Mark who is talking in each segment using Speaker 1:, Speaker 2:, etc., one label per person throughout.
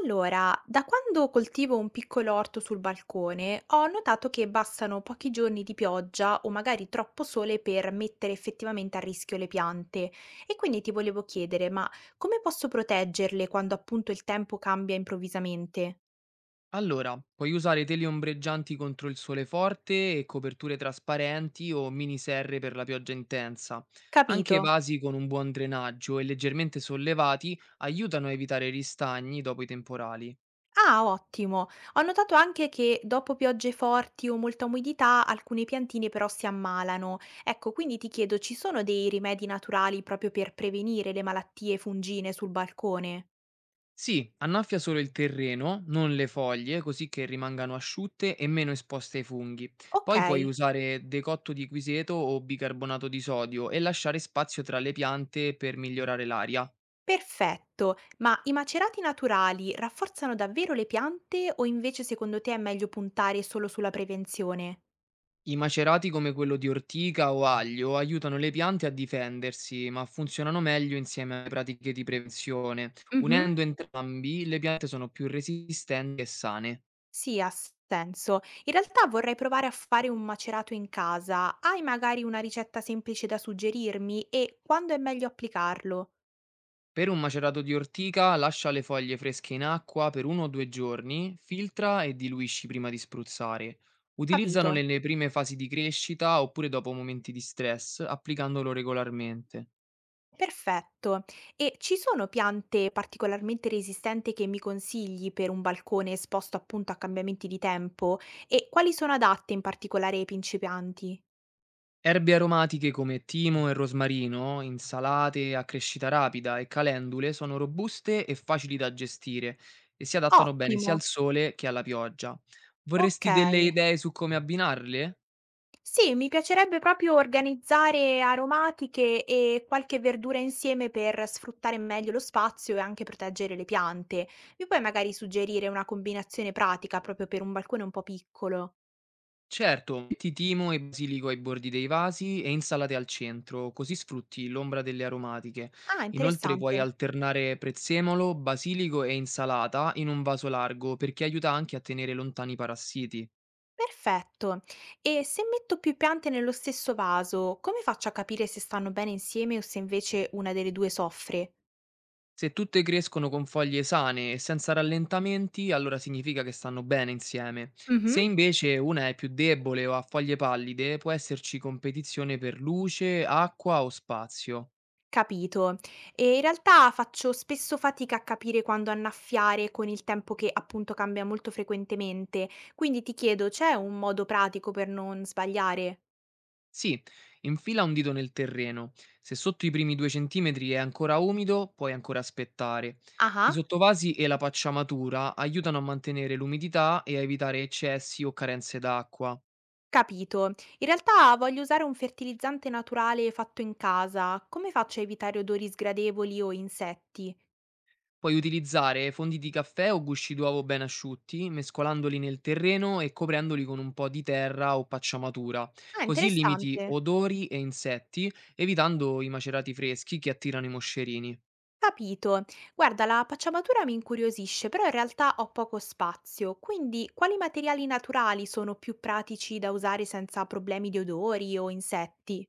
Speaker 1: Allora, da quando coltivo un piccolo orto sul balcone, ho notato che bastano pochi giorni di pioggia o magari troppo sole per mettere effettivamente a rischio le piante. E quindi ti volevo chiedere, ma come posso proteggerle quando appunto il tempo cambia improvvisamente?
Speaker 2: Allora, puoi usare tele ombreggianti contro il sole forte e coperture trasparenti o miniserre per la pioggia intensa.
Speaker 1: Capito?
Speaker 2: Anche vasi con un buon drenaggio e leggermente sollevati aiutano a evitare ristagni dopo i temporali.
Speaker 1: Ah, ottimo. Ho notato anche che dopo piogge forti o molta umidità alcune piantine però si ammalano. Ecco, quindi ti chiedo, ci sono dei rimedi naturali proprio per prevenire le malattie fungine sul balcone?
Speaker 2: Sì, annaffia solo il terreno, non le foglie, così che rimangano asciutte e meno esposte ai funghi. Poi puoi
Speaker 1: Okay,
Speaker 2: usare decotto di quiseto o bicarbonato di sodio e lasciare spazio tra le piante per migliorare l'aria.
Speaker 1: perfetto. Ma i macerati naturali rafforzano davvero le piante o invece secondo te è meglio puntare solo sulla prevenzione?
Speaker 2: I macerati come quello di ortica o aglio aiutano le piante a difendersi, ma funzionano meglio insieme alle pratiche di prevenzione.
Speaker 1: Mhm.
Speaker 2: Unendo entrambi, le piante sono più resistenti e sane.
Speaker 1: Sì, ha senso. In realtà vorrei provare a fare un macerato in casa. Hai magari una ricetta semplice da suggerirmi e quando è meglio applicarlo?
Speaker 2: Per un macerato di ortica, lascia le foglie fresche in acqua per uno o due giorni, filtra e diluisci prima di spruzzare. Utilizzano
Speaker 1: Capito?
Speaker 2: nelle prime fasi di crescita oppure dopo momenti di stress, applicandolo regolarmente.
Speaker 1: Perfetto. E ci sono piante particolarmente resistenti che mi consigli per un balcone esposto appunto a cambiamenti di tempo? E quali sono adatte in particolare ai principianti?
Speaker 2: Erbe aromatiche come timo e rosmarino, insalate a crescita rapida e calendule sono robuste e facili da gestire e si adattano bene
Speaker 1: Ottimo,
Speaker 2: sia al sole che alla pioggia.
Speaker 1: ok.
Speaker 2: Vorresti delle idee su come abbinarle?
Speaker 1: Sì, mi piacerebbe proprio organizzare aromatiche e qualche verdura insieme per sfruttare meglio lo spazio e anche proteggere le piante. Mi puoi magari suggerire una combinazione pratica proprio per un balcone un po' piccolo?
Speaker 2: Certo, metti timo e basilico ai bordi dei vasi e insalate al centro, così sfrutti l'ombra delle aromatiche.
Speaker 1: Ah,
Speaker 2: Inoltre puoi
Speaker 1: interessante.
Speaker 2: alternare prezzemolo, basilico e insalata in un vaso largo perché aiuta anche a tenere lontani i parassiti.
Speaker 1: Perfetto. E se metto più piante nello stesso vaso, come faccio a capire se stanno bene insieme o se invece una delle due soffre?
Speaker 2: Se tutte crescono con foglie sane e senza rallentamenti, allora significa che stanno bene insieme. Se
Speaker 1: Mhm,
Speaker 2: invece una è più debole o ha foglie pallide, può esserci competizione per luce, acqua o spazio.
Speaker 1: capito. E in realtà faccio spesso fatica a capire quando annaffiare con il tempo che appunto cambia molto frequentemente. Quindi ti chiedo, c'è un modo pratico per non sbagliare?
Speaker 2: Sì, infila un dito nel terreno. Se sotto i primi 2 centimetri è ancora umido, puoi ancora aspettare. I
Speaker 1: Ah,
Speaker 2: sottovasi e la pacciamatura aiutano a mantenere l'umidità e a evitare eccessi o carenze d'acqua.
Speaker 1: capito. In realtà voglio usare un fertilizzante naturale fatto in casa. Come faccio a evitare odori sgradevoli o insetti?
Speaker 2: Puoi utilizzare fondi di caffè o gusci d'uovo ben asciutti, mescolandoli nel terreno e coprendoli con un po' di terra o pacciamatura.
Speaker 1: Ah,
Speaker 2: Così limiti
Speaker 1: interessante.
Speaker 2: odori e insetti, evitando i macerati freschi che attirano i moscerini.
Speaker 1: Capito. Guarda, la pacciamatura mi incuriosisce, però in realtà ho poco spazio, quindi quali materiali naturali sono più pratici da usare senza problemi di odori o insetti?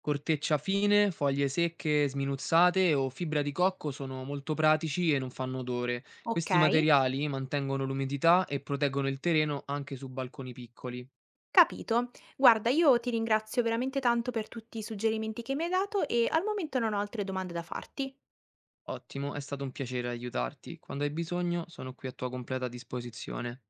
Speaker 2: Corteccia fine, foglie secche sminuzzate o fibra di cocco sono molto pratici e non fanno odore.
Speaker 1: Ok,
Speaker 2: Questi materiali mantengono l'umidità e proteggono il terreno anche su balconi piccoli.
Speaker 1: capito. Guarda, io ti ringrazio veramente tanto per tutti i suggerimenti che mi hai dato e al momento non ho altre domande da farti.
Speaker 2: Ottimo, è stato un piacere aiutarti. Quando hai bisogno, sono qui a tua completa disposizione.